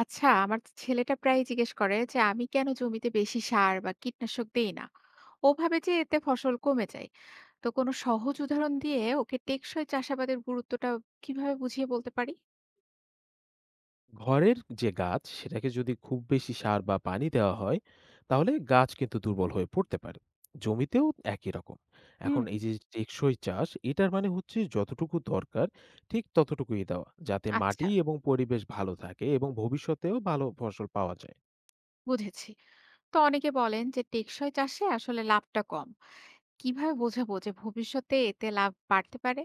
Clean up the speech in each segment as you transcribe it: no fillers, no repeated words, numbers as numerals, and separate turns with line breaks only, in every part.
আচ্ছা, আমার ছেলেটা প্রায়ই জিজ্ঞেস করে যে আমি কেন জমিতে বেশি সার বা কীটনাশক দেই না। ও ভাবে যে এতে ফসল কমে যায়। তো কোনো সহজ উদাহরণ দিয়ে ওকে টেকসই চাষাবাদের গুরুত্বটা কিভাবে বুঝিয়ে বলতে পারি?
ঘরের যে গাছ সেটাকে যদি খুব বেশি সার বা পানি দেওয়া হয় তাহলে গাছ কিন্তু দুর্বল হয়ে পড়তে পারে। জমিতেও একই রকম। এখন
হুম।
এই যে টেকসই চাষ, এটার মানে হচ্ছে যতটুকু দরকার ঠিক ততটুকুই দেওয়া, যাতে
আচ্ছা,
মাটি এবং পরিবেশ ভালো থাকে এবং ভবিষ্যতেও ভালো ফসল পাওয়া যায়।
বুঝেছি। তো অনেকে বলেন যে টেকসই চাষে আসলে লাভটা কম। কিভাবে বোঝাবো যে ভবিষ্যতে এতে লাভ বাড়তে পারে?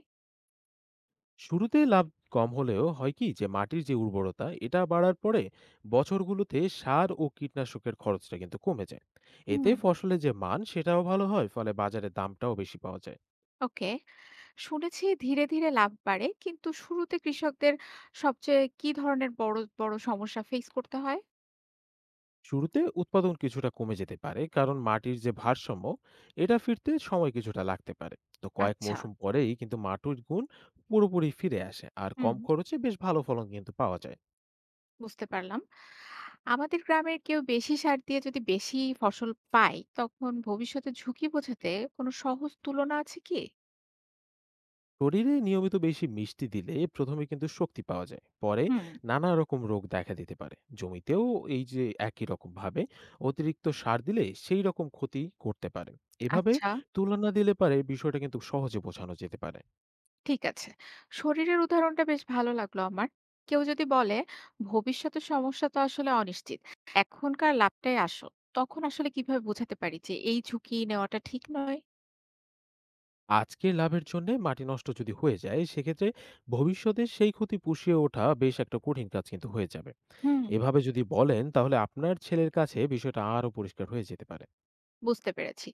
শুরুতে লাভ কম হলেও হয় কি, যে মাটির যে উর্বরতা এটা বাড়ার পরে বছরগুলোতে সার ও কীটনাশকের খরচটা কিন্তু কমে যায়। এতে
হুম।
ফসলের যে মান সেটাও ভালো হয়, ফলে বাজারে দামটাও বেশি পাওয়া যায়।
ওকে, শুনেছি ধীরে ধীরে লাভ বাড়ে, কিন্তু শুরুতে কৃষকদের সবচেয়ে কি ধরনের বড় বড় সমস্যা ফেস করতে হয়?
শুরুতে উৎপাদন কিছুটা কমে যেতে পারে, কারণ মাটির যে ভারসাম্য এটা ফিরতে সময় কিছুটা লাগতে পারে। তো কয়েক
আচ্ছা।
মৌসুম পরেই কিন্তু মাটির গুণ পুরোপুরি ফিরে আসে আর
হুম,
কম খরচে বেশ ভালো ফলন কিন্তু পাওয়া যায়।
বুঝতে পারলাম। আমাদের গ্রামের কেউ বেশি সার দিয়ে যদি বেশি ফসল পায়, তখন ভবিষ্যতে ঝুঁকি বোঝাতে কোনো সহজ তুলনা আছে কি?
শরীরে নিয়মিত বেশি মিষ্টি দিলে প্রথমে কিন্তু শক্তি পাওয়া যায়, পরে
হুম।
নানা রকম রোগ দেখা দিতে পারে। জমিতেও এই যে একই রকম ভাবে অতিরিক্ত সার দিলে সেই রকম ক্ষতি করতে পারে। এভাবে
আচ্ছা।
তুলনা দিলে পারে বিষয়টা কিন্তু সহজে বোঝানো যেতে পারে।
ঠিক আছে। শরীরের উদাহরণটা বেশ ভালো লাগলো আমার। কেউ যদি বলে ভবিষ্যতের সমস্যা তো আসলে অনিশ্চিত, এখনকার লাভটাই আসল, তখন আসলে কিভাবে বোঝাতে পারি যে এই ঝুঁকি নেওয়াটা ঠিক নয়?
আজকের লাভের জন্য মাটি নষ্ট যদি হয়ে যায়, সেক্ষেত্রে ভবিষ্যতে সেই ক্ষতি পুষিয়ে ওঠা বেশ একটা কঠিন কাজ কিন্তু হয়ে যাবে।
হুম।
এভাবে যদি বলেন তাহলে আপনার ছেলের কাছে বিষয়টা আরো পরিষ্কার হয়ে যেতে পারে।
বুঝতে পেরেছি।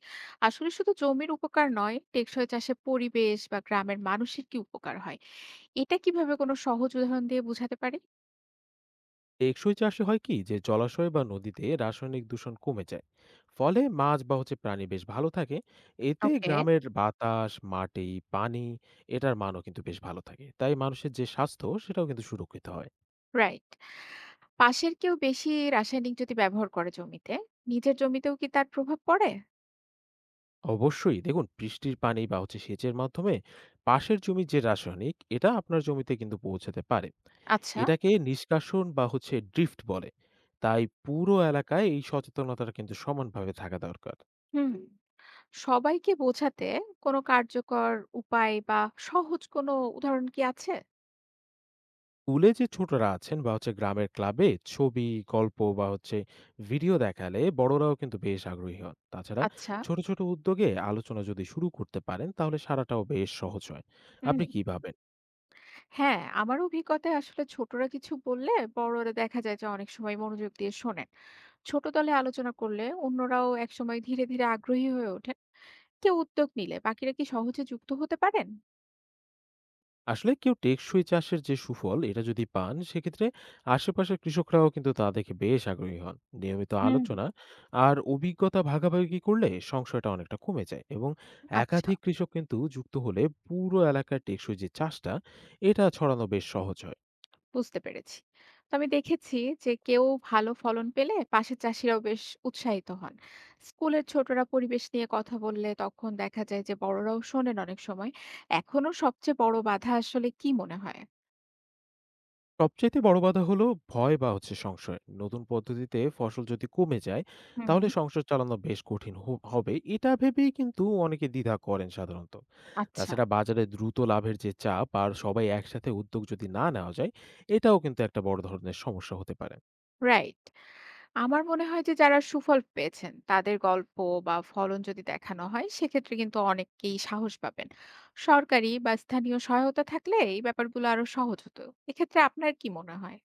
আসলে শুধু জমির উপকার নয়, টেকসই চাষে পরিবেশ বা গ্রামের মানুষের কি উপকার হয়, এটা কিভাবে কোনো সহজ উদাহরণ দিয়ে বুঝাতে পারি?
টেকসই চাষে হয় কি, যে জলাশয় বা নদীতে রাসায়নিক দূষণ কমে যায়, ফলে মাছ বা প্রাণী বেশ ভালো থাকে। এতে
ওকে।
গ্রামের বাতাস, মাটি, পানি, এটার মানও কিন্তু বেশ ভালো থাকে, তাই মানুষের যে স্বাস্থ্য সেটাও কিন্তু সুরক্ষিত হয়।
রাইট। পাশের কেউ বেশি রাসায়নিক যদি ব্যবহার করে জমিতে, নিজের জমিতেও কি তার প্রভাব পড়ে?
অবশ্যই, দেখুন বৃষ্টির পানি বা সেচের মাধ্যমে পাশের জমির যে রাসায়নিক এটা আপনার জমিতে কিন্তু পৌঁছাতে পারে।
আচ্ছা।
এটাকে নিষ্কাশন বা ড্রিফট বলে। তাই পুরো এলাকায় এই সচেতনতাটা কিন্তু সমানভাবে থাকা দরকার।
হুম। সবাইকে বোঝাতে কোনো কার্যকর উপায় বা সহজ কোনো উদাহরণ কি আছে?
স্কুলে যে ছোটরা আছেন বা গ্রামের ক্লাবে ছবি, গল্প বা ভিডিও দেখালে বড়রাও কিন্তু বেশ আগ্রহী হন। তাছাড়া
আচ্ছা।
ছোট ছোট উদ্যোগে আলোচনা যদি শুরু করতে পারেন তাহলে সারাটাও বেশ সহজ হয়।
হুম।
আপনি কি ভাবেন?
হ্যাঁ, আমার অভিজ্ঞতায় আসলে ছোটরা কিছু বললে বড়রা দেখা যায় যে অনেক সময় মনোযোগ দিয়ে শোনেন। ছোট দলে আলোচনা করলে অন্যরাও একসময় ধীরে ধীরে আগ্রহী হয়ে ওঠেন। কেউ উদ্যোগ নিলে বাকিরা কি সহজে যুক্ত হতে পারেন?
আসলে কেউ টেকসই চাষের যে সুফল এটা যদি পান, সেক্ষেত্রে আশেপাশের কৃষকরাও কিন্তু তা দেখে বেশ আগ্রহী হন। নিয়মিত
হুম।
আলোচনা আর অভিজ্ঞতা ভাগাভাগি করলে সংশয়টা অনেকটা কমে যায়, এবং
আচ্ছা,
একাধিক কৃষক কিন্তু যুক্ত হলে পুরো এলাকার টেকসই যে চাষটা এটা ছড়ানো বেশ সহজ হয়।
বুঝতে পেরেছি। তো আমি দেখেছি যে কেউ ভালো ফলন পেলে পাশের চাষিরাও বেশ উৎসাহিত হন। স্কুলের ছোটরা পরিবেশ নিয়ে কথা বললে তখন দেখা যায় যে বড়রাও শোনেন অনেক সময়। এখনো সবচেয়ে বড় বাধা আসলে কি মনে হয়?
সবচাইতে বড় বাধা হলো ভয় বা সংশয়। নতুন পদ্ধতিতে ফসল যদি কমে যায় তাহলে
হুম।
সংসার চালানো বেশ কঠিন হবে, এটা ভেবেই কিন্তু অনেকে দ্বিধা করেন সাধারণত।
আচ্ছা।
তাছাড়া বাজারে দ্রুত লাভের যে চাপ, আর সবাই একসাথে উদ্যোগ যদি না নেওয়া যায়, এটাও কিন্তু একটা বড় ধরনের সমস্যা হতে পারে।
রাইট। আমার মনে হয় যে যারা সুফল পেয়েছেন তাদের গল্প বা ফলন যদি দেখানো হয় সেক্ষেত্রে কিন্তু অনেকেই সাহস পাবেন। সরকারি বা স্থানীয় সহায়তা থাকলে এই ব্যাপারগুলো আরো সহজ হতো। এক্ষেত্রে আপনার কি মনে হয়?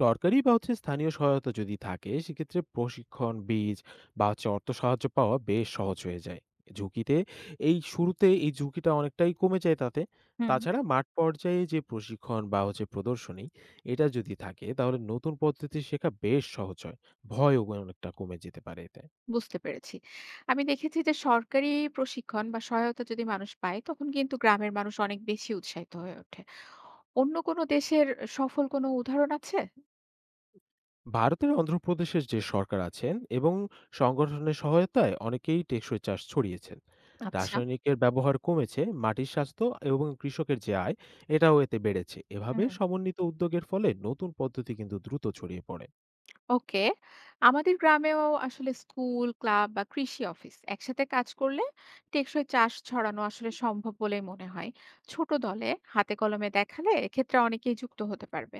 সরকারি বা স্থানীয় সহায়তা যদি থাকে সেক্ষেত্রে প্রশিক্ষণ, বীজ বা অর্থ সাহায্য পাওয়া বেশ সহজ হয়ে যায়। ঝুঁকিতে এই শুরুতে এই ঝুঁকিটা অনেকটাই কমে যায় তাতে।
হুম।
তাছাড়া মাঠ পর্যায়ে যে প্রশিক্ষণ বা প্রদর্শনী এটা যদি থাকে তাহলে নতুন পদ্ধতি শেখা বেশ সহজ হয়, ভয়ও অনেকটা কমে যেতে পারে এতে।
বুঝতে পেরেছি। আমি দেখেছি যে সরকারি প্রশিক্ষণ বা সহায়তা যদি মানুষ পায় তখন কিন্তু গ্রামের মানুষ অনেক বেশি উৎসাহিত হয়ে ওঠে। অন্য কোনো দেশের সফল কোনো উদাহরণ আছে?
ভারতের অন্ধ্রপ্রদেশের যে সরকার আছেন এবং সংগঠনের সহায়তায় অনেকেই টেকসই চাষ ছড়িয়েছেন।
আচ্ছা।
রাসায়নিকের ব্যবহার কমেছে, মাটির স্বাস্থ্য এবং কৃষকের যে আয় এটাও এতে বেড়েছে। এভাবে
হুম।
সমন্বিত উদ্যোগের ফলে নতুন পদ্ধতি কিন্তু দ্রুত ছড়িয়ে পড়ে।
ওকে। আমাদের গ্রামেও আসলে স্কুল ক্লাব বা কৃষি অফিস একসাথে কাজ করলে টেকসই চাষ ছড়ানো আসলে সম্ভব বলেই মনে হয়। ছোট দলে হাতে কলমে দেখালে এক্ষেত্রে অনেকেই যুক্ত হতে পারবে।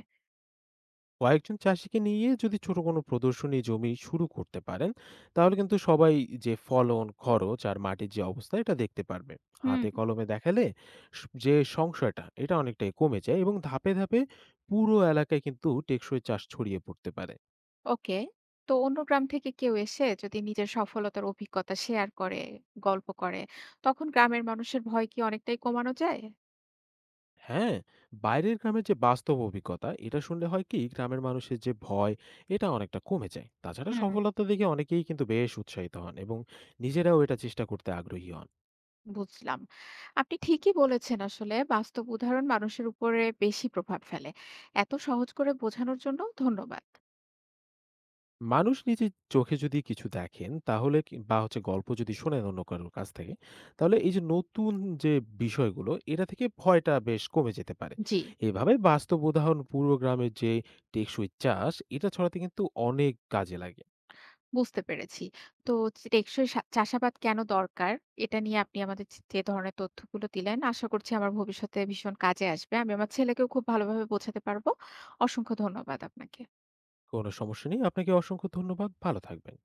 কয়েকজন চাষিকে নিয়ে যদি ছোট কোনো প্রদর্শনী জমি শুরু করতে পারেন তাহলে কিন্তু সবাই যে ফলন, খরচ আর মাটির যে অবস্থা এটা দেখতে পারবে।
হুম।
হাতে কলমে দেখালে যে সংশয়টা এটা অনেকটাই কমে যায়, এবং ধাপে ধাপে পুরো এলাকায় কিন্তু টেকসই চাষ ছড়িয়ে পড়তে পারে।
ওকে। তো অন্য গ্রাম থেকে কেউ এসে যদি নিজের সফলতার অভিজ্ঞতা শেয়ার করে, গল্প করে, তখন গ্রামের মানুষের ভয় কি অনেকটাই কমানো যায়?
হ্যাঁ, বাইরের গ্রামের যে বাস্তব অভিজ্ঞতা এটা শুনলে হয় কি, গ্রামের মানুষের যে ভয় এটা অনেকটা কমে যায়। তাছাড়া
হুম।
সফলতা দেখে অনেকেই কিন্তু বেশ উৎসাহিত হন, এবং নিজেরাও এটা চেষ্টা করতে আগ্রহী হন।
বুঝলাম। আপনি ঠিকই বলেছেন, আসলে বাস্তব উদাহরণ মানুষের উপরে বেশি প্রভাব ফেলে। এত সহজ করে বোঝানোর জন্য ধন্যবাদ।
মানুষ নিজের চোখে যদি কিছু দেখেন তাহলে কি, বা গল্প যদি শোনেন অন্য কারোর কাছ থেকে, তাহলে এই যে নতুন যে বিষয়গুলো, এটা থেকে ভয়টা বেশ কমে যেতে পারে।
জি,
এভাবে বাস্তব উদাহরণ পূর্ব গ্রামের যে টেকসই চাষ এটা ছড়াতে কিন্তু অনেক কাজে লাগে।
বুঝতে পেরেছি। তো টেকসই চাষাবাদ কেন দরকার? এটা নিয়ে আপনি আমাদের যে যে ধরনের তথ্যগুলো দিলেন আশা করছি আমার ভবিষ্যতে ভীষণ কাজে আসবে। আমি আমার ছেলেকেও খুব ভালোভাবে বোঝাতে পারব। অসংখ্য ধন্যবাদ আপনাকে।
কোনো সমস্যা নেই, আপনাকে অসংখ্য ধন্যবাদ, ভালো থাকবেন।